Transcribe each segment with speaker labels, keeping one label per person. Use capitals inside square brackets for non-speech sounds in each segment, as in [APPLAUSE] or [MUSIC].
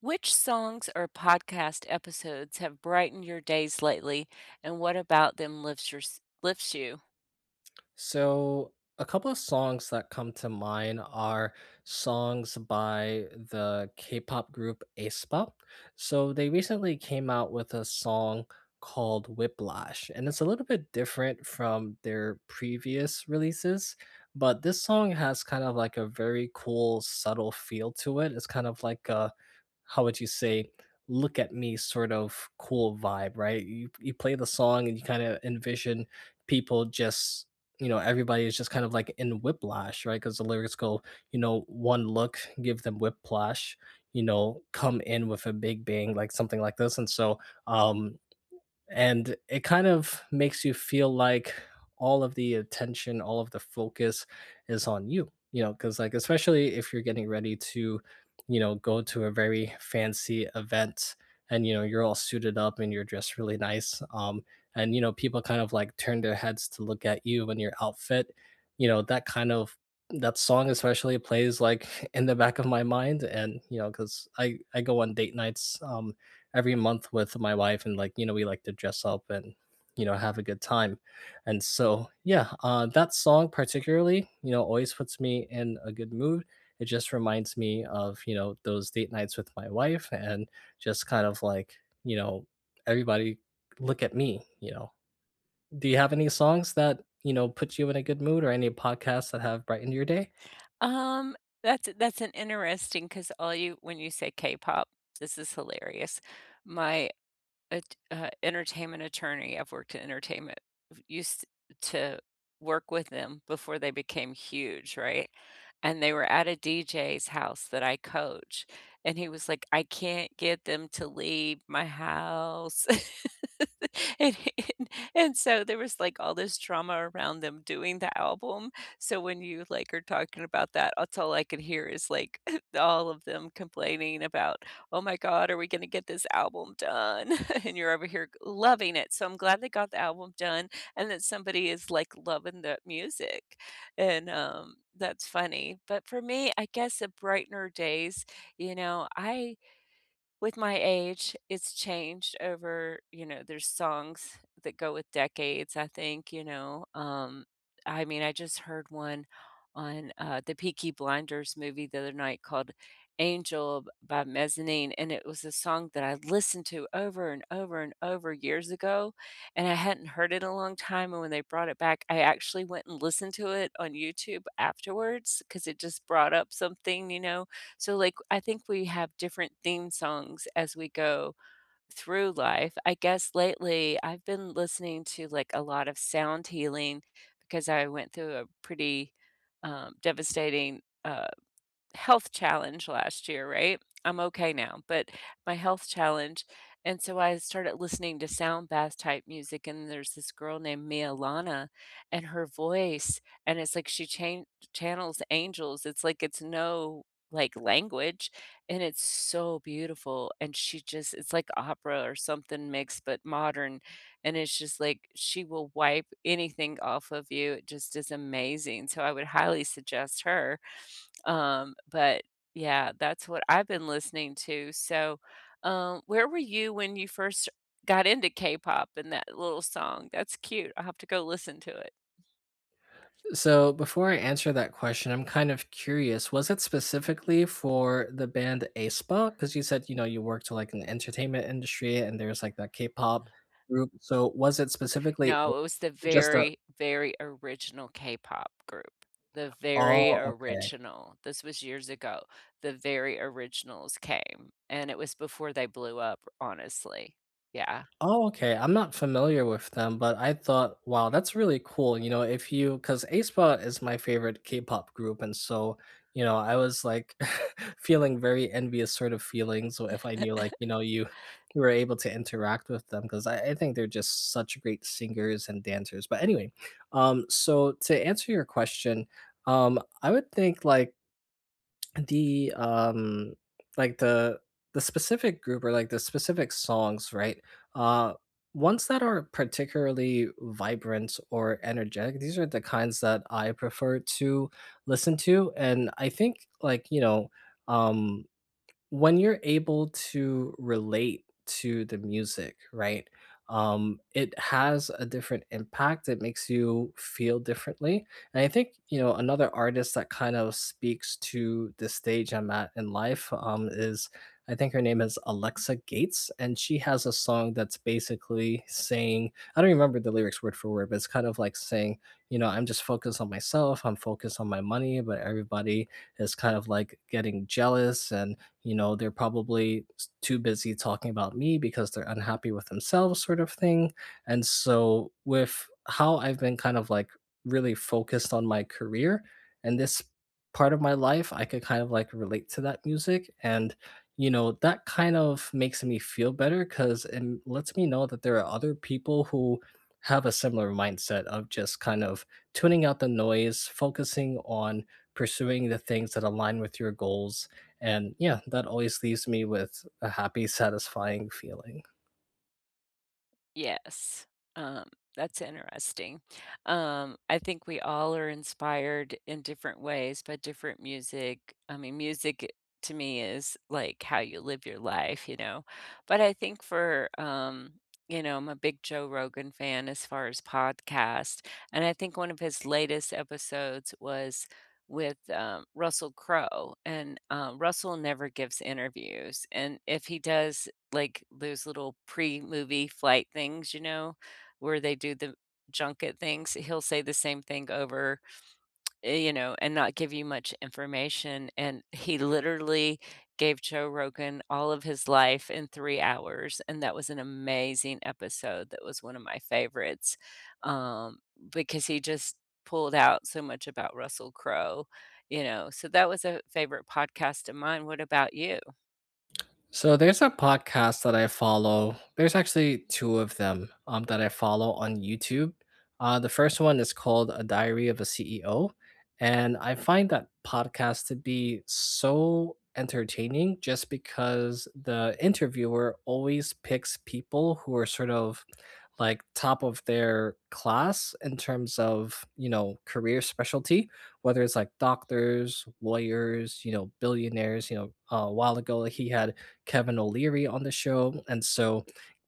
Speaker 1: Which songs or podcast episodes have brightened your days lately, and what about them lifts your lifts you?
Speaker 2: So, a couple of songs that come to mind are songs by the K pop group aespa. So, they recently came out with a song called Whiplash, and it's a little bit different from their previous releases. But this song has kind of like a very cool, subtle feel to it. It's kind of like a how would you say, look at me sort of cool vibe, right? You play the song and you kind of envision people just everybody is just kind of like in whiplash, right? Because the lyrics go, you know, one look give them whiplash, you know, come in with a big bang, like something like this. And so um and it kind of makes you feel like all of the attention, all of the focus is on you, you know, because like especially if you're getting ready to, you know, go to a very fancy event, and you know, you're all suited up and you're dressed really nice. And you know, people kind of like turn their heads to look at you and your outfit, you know, that kind of, that song especially plays like [LAUGHS] in the back of my mind. And you know, because I go on date nights every month with my wife, and like, you know, we like to dress up and, you know, have a good time. And so yeah, that song particularly, you know, always puts me in a good mood. It just reminds me of, you know, those date nights with my wife and just kind of like, you know, everybody, look at me, you know. Do you have any songs that, you know, put you in a good mood or any podcasts that have brightened your day?
Speaker 1: Um, that's an interesting because all you when you say K-pop, this is hilarious. My entertainment attorney, I've worked in entertainment, used to work with them before they became huge, right? And they were at a DJ's house that I coach, and he was like, "I can't get them to leave my house." [LAUGHS] And and and so there was, like, all this drama around them doing the album, so when you, like, are talking about that, that's all I could hear is, like, [LAUGHS] all of them complaining about, "Oh my god, are we gonna get this album done?" [LAUGHS] And you're over here loving it, so I'm glad they got the album done and that somebody is, like, loving the music and that's funny. But for me, I guess the brightener days, I with my age, it's changed over, you know, there's songs that go with decades, I think, I mean, I just heard one on, the Peaky Blinders movie the other night called Angel b by Mezzanine, and it was a song that I listened to over and over and over years ago, and I hadn't heard it in a long time, and when they brought it back, I actually went and listened to it on YouTube afterwards because it just brought up something, you know, so, like, I think we have different theme songs as we go through life. I guess lately I've been listening to like a lot of sound healing because I went through a pretty devastating health challenge last year, right? I'm okay now, but my health challenge. And so I started listening to sound bath type music. And there's this girl named Mia Lana and her voice. And it's like channels angels. It's like it's no like language. And it's so beautiful. And she just, it's like opera or something mixed, but modern. And it's just like she will wipe anything off of you. It just is amazing. So I would highly suggest her but yeah, that's what I've been listening to. So, where were you when you first got into K-pop and that little song? That's cute. I'll have to go listen to it.
Speaker 2: So before I answer that question, I'm kind of curious. Was it specifically for the band aespa? Because you said, you know, you worked like in the entertainment industry and there's like that K-pop group. So was it specifically
Speaker 1: No, it was the
Speaker 2: just a
Speaker 1: very, very original K-pop group. The very
Speaker 2: oh, okay.
Speaker 1: original. This was years ago. The very originals came, and it was before they blew up, honestly. Yeah.
Speaker 2: Oh, okay. I'm not familiar with them, but I thought, wow, that's really cool. You know, if you, because aespa is my favorite K-pop group, and so you know, I was like [LAUGHS] feeling very envious sort of feelings if I knew, like, you know, you [LAUGHS] you were able to interact with them because I think they're just such great singers and dancers. But anyway, so to answer your question, I would think like the like the the specific group or like the specific songs, uh ones that are particularly vibrant or energetic, these are the kinds that I prefer to listen to. And I think like, you know, um when you're able to relate to the music, right? It has a different impact. It makes you feel differently. And I think, you know, another artist that kind of speaks to the stage I'm at in life is, I think her name is Alexa Gates. And she has a song that's basically saying, I don't remember the lyrics word for word, but it's kind of like saying, you know, I'm just focused on myself. I'm focused on my money, but everybody is kind of like getting jealous, and you know, they're probably too busy talking about me because they're unhappy with themselves, sort of thing. And so with how I've been kind of like really focused on my career and this part of my life, I could kind of like relate to that music. And you know, that kind of makes me feel better because it lets me know that there are other people who have a similar mindset of just kind of tuning out the noise, focusing on pursuing the things that align with your goals. And yeah, that always leaves me with a happy, satisfying feeling.
Speaker 1: Yes, um, that's interesting. I think we all are inspired in different ways by different music. I mean, music to me is like how you live your life, you know. But I think for, you know, I'm a big Joe Rogan fan as far as podcast, and I think one of his latest episodes was with Russell Crowe, and Russell never gives interviews, and if he does like, those little pre-movie flight things, you know, where they do the junket things, he'll say the same thing over, you know, and not give you much information, and he literally gave Joe Rogan all of his life in 3 hours, and that was an amazing episode, that was one of my favorites, um, because he just pulled out so much about Russell Crowe, you know, so that was a favorite podcast of mine, what about you?
Speaker 2: So there's a podcast that I follow. There's actually two of them that I follow on YouTube. The first one is called A Diary of a CEO. And I find that podcast to be so entertaining just because the interviewer always picks people who are sort of like top of their class in terms of, you know, career specialty, whether it's like doctors, lawyers, you know, billionaires. You know, a while ago he had Kevin O'Leary on the show. And so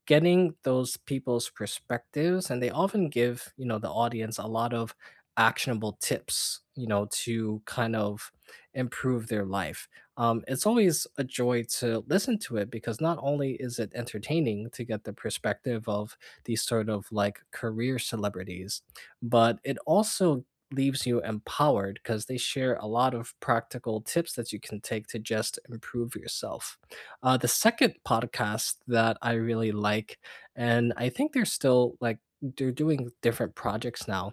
Speaker 2: getting those people's perspectives, and they often give, you know, the audience a lot of actionable tips, you know, to kind of improve their life. It's always a joy to listen to it because not only is it entertaining to get the perspective of these sort of like career celebrities, but it also leaves you empowered because they share a lot of practical tips that you can take to just improve yourself. The second podcast that I really like, and I think they're still like they're doing different projects now,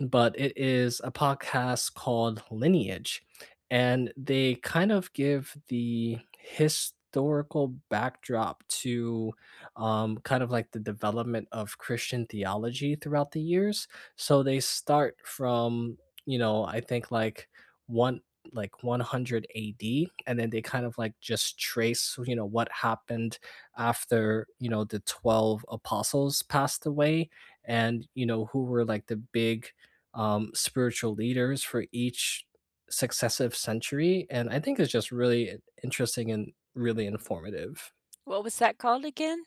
Speaker 2: but it is a podcast called Lineage, and they kind of give the historical backdrop to, kind of like the development of Christian theology throughout the years. So they start from, you know, I think like one like 100 AD, and then they kind of like just trace, you know, what happened after, you know, the 12 apostles passed away. And you know, who were like the big spiritual leaders for each successive century. And I think it's just really interesting and really informative.
Speaker 1: What was that called again?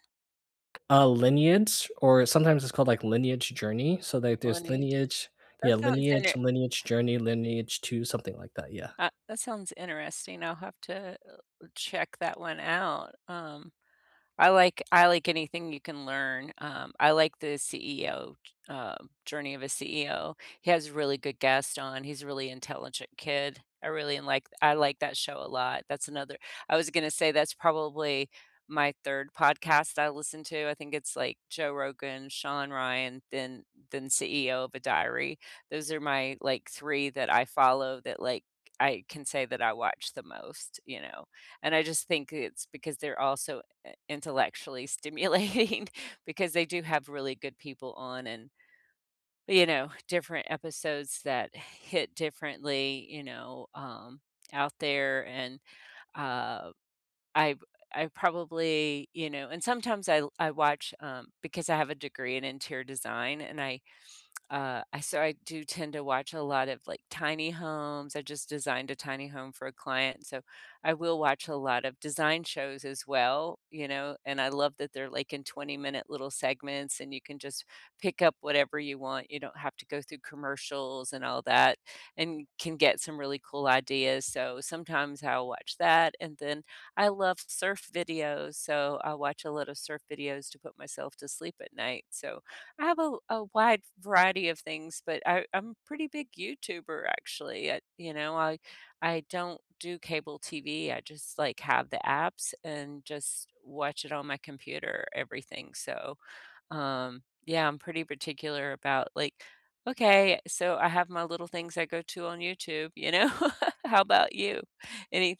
Speaker 2: Uh, lineage, or sometimes it's called like lineage journey. So like there's
Speaker 1: Millennia.
Speaker 2: lineage,
Speaker 1: That
Speaker 2: yeah,
Speaker 1: sounds
Speaker 2: lineage,
Speaker 1: inter
Speaker 2: lineage journey, lineage two, something like that. Yeah.
Speaker 1: that sounds interesting. I'll have to check that one out. I like anything you can learn. I like the CEO, Journey of a CEO. He has a really good guest on. He's a really intelligent kid. I really like that show a lot. That's another I was gonna say that's probably my third podcast I listen to. I think it's like Joe Rogan, Sean Ryan, then CEO of a Diary. Those are my like three that I follow that like I can say that I watch the most, you know? And I just think it's because they're also intellectually stimulating [LAUGHS] because they do have really good people on and you know different episodes that hit differently out there and uh I I probably you know and sometimes I watch because I have a degree in interior design and I so I do tend to watch a lot of, like, tiny homes. I just designed a tiny home for a client, so I will watch a lot of design shows as well, you know, and I love that they're, like, in twenty-minute little segments, and you can just pick up whatever you want. You don't have to go through commercials and all that, and can get some really cool ideas, so sometimes I'll watch that, and then I love surf videos, so I watch a lot of surf videos to put myself to sleep at night, so I have a wide variety of things, but I'm a pretty big YouTuber actually. I don't do cable TV. I just like have the apps and just watch it on my computer, everything. So, yeah, I'm pretty particular about like, okay, so I have my little things I go to on YouTube, you know? [LAUGHS] How about you?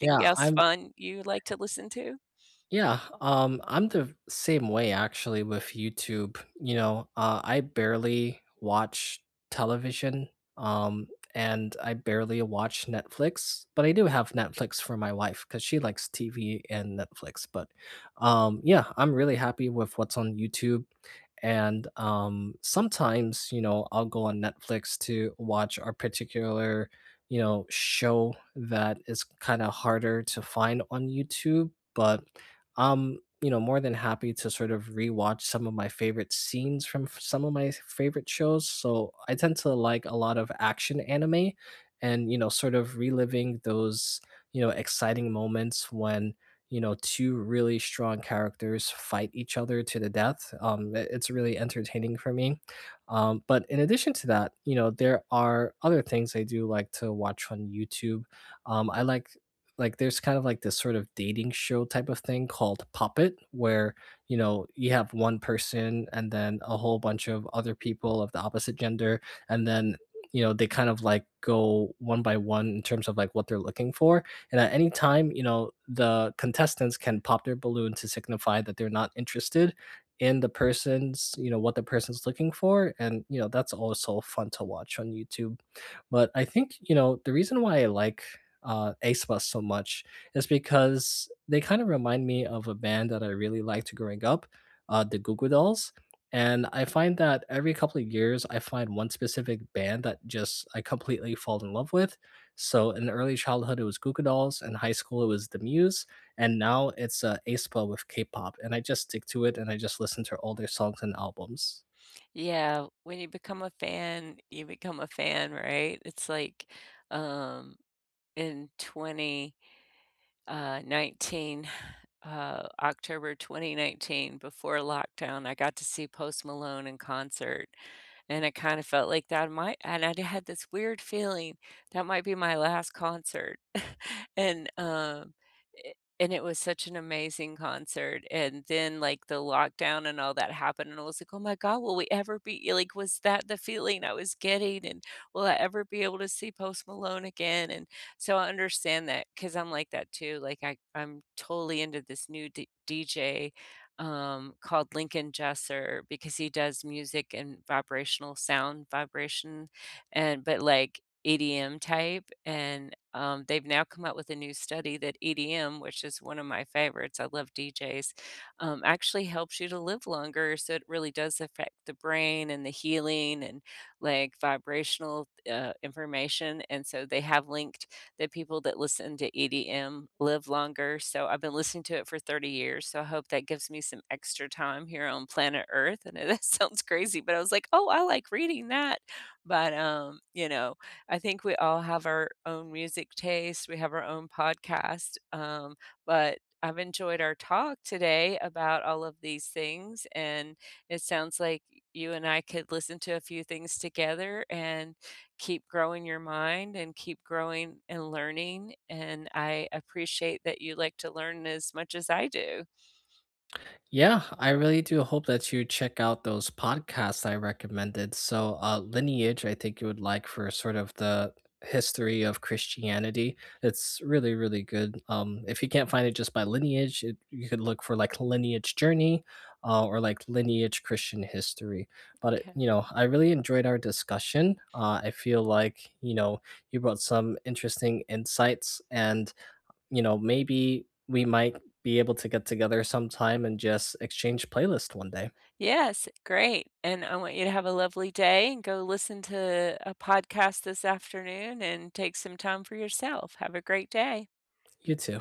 Speaker 2: Yeah,
Speaker 1: else
Speaker 2: I'm
Speaker 1: fun you like to listen to?
Speaker 2: yeah, I'm the same way actually with YouTube. You know, I barely watch television, um, and I barely watch Netflix, but I do have Netflix for my wife because she likes TV and Netflix. But yeah, I'm really happy with what's on YouTube. And sometimes, you know, I'll go on Netflix to watch a particular, you know, show that is kind of harder to find on YouTube. But I'm, you know, more than happy to sort of rewatch some of my favorite scenes from some of my favorite shows. So I tend to like a lot of action anime and, you know, sort of reliving those, you know, exciting moments when, you know, two really strong characters fight each other to the death. It's really entertaining for me. But in addition to that, you know, there are other things I do like to watch on YouTube. I like there's kind of like this sort of dating show type of thing called Puppet, where you know, you have one person and then a whole bunch of other people of the opposite gender, and then, you know, they kind of like go one by one in terms of like what they're looking for. And at any time, you know, the contestants can pop their balloon to signify that they're not interested in the person's, you know, what the person's looking for. And, you know, that's also fun to watch on YouTube. But I think, you know, the reason why I like Ace Bus so much is because they kind of remind me of a band that I really liked growing up, the Goo Goo Dolls. And I find that every couple of years, I find one specific band that just I completely fall in love with. So in early childhood, it was Goo Goo Dolls. In high school, it was The Muse, and now it's aespa with K-pop. And I just stick to it, and I just listen to older songs and albums.
Speaker 1: Yeah, when you become a fan, you become a fan, right? It's like, um, in 20 19 October 2019 before lockdown. I got to see Post Malone in concert, and it kind of felt like that might and I had this weird feeling that might be my last concert. [LAUGHS] and um it, and it was such an amazing concert. And then like the lockdown and all that happened and I was like, "Oh my god, will we ever be like was that the feeling I was getting and will I ever be able to see Post Malone again?" And so I understand that because 'cause I'm like that too. Like I'm totally into this new D DJ, called Lincoln Jesser because he does music and vibrational sound vibration and but like EDM type and, they've now come out with a new study that EDM, which is one of my favorites, I love DJs, actually helps you to live longer. So it really does affect the brain and the healing and like vibrational, information. And so they have linked the people that listen to EDM live longer. So I've been listening to it for 30 years. So I hope that gives me some extra time here on planet Earth. I know that [LAUGHS] sounds crazy, but I was like, oh, I like reading that. But, you know, I think we all have our own music taste, we have our own podcast. But I've enjoyed our talk today about all of these things. And it sounds like you and I could listen to a few things together and keep growing your mind and keep growing and learning, and I appreciate that you like to learn as much as I do.
Speaker 2: Yeah, I really do hope that you check out those podcasts I recommended. So, Lineage, I think you would like for sort of the history of Christianity. It's really, really good. If you can't find it just by Lineage, you could look for like Lineage Journey, or like Lineage Christian History. But,
Speaker 1: Yeah.
Speaker 2: you know, I really enjoyed our discussion. I feel like, you know, you brought some interesting insights, and you know, maybe we might be able to get together sometime and just exchange playlist one day.
Speaker 1: Yes, great, and I want you to have a lovely day and go listen to a podcast this afternoon and take some time for yourself. Have a great day.
Speaker 2: You too.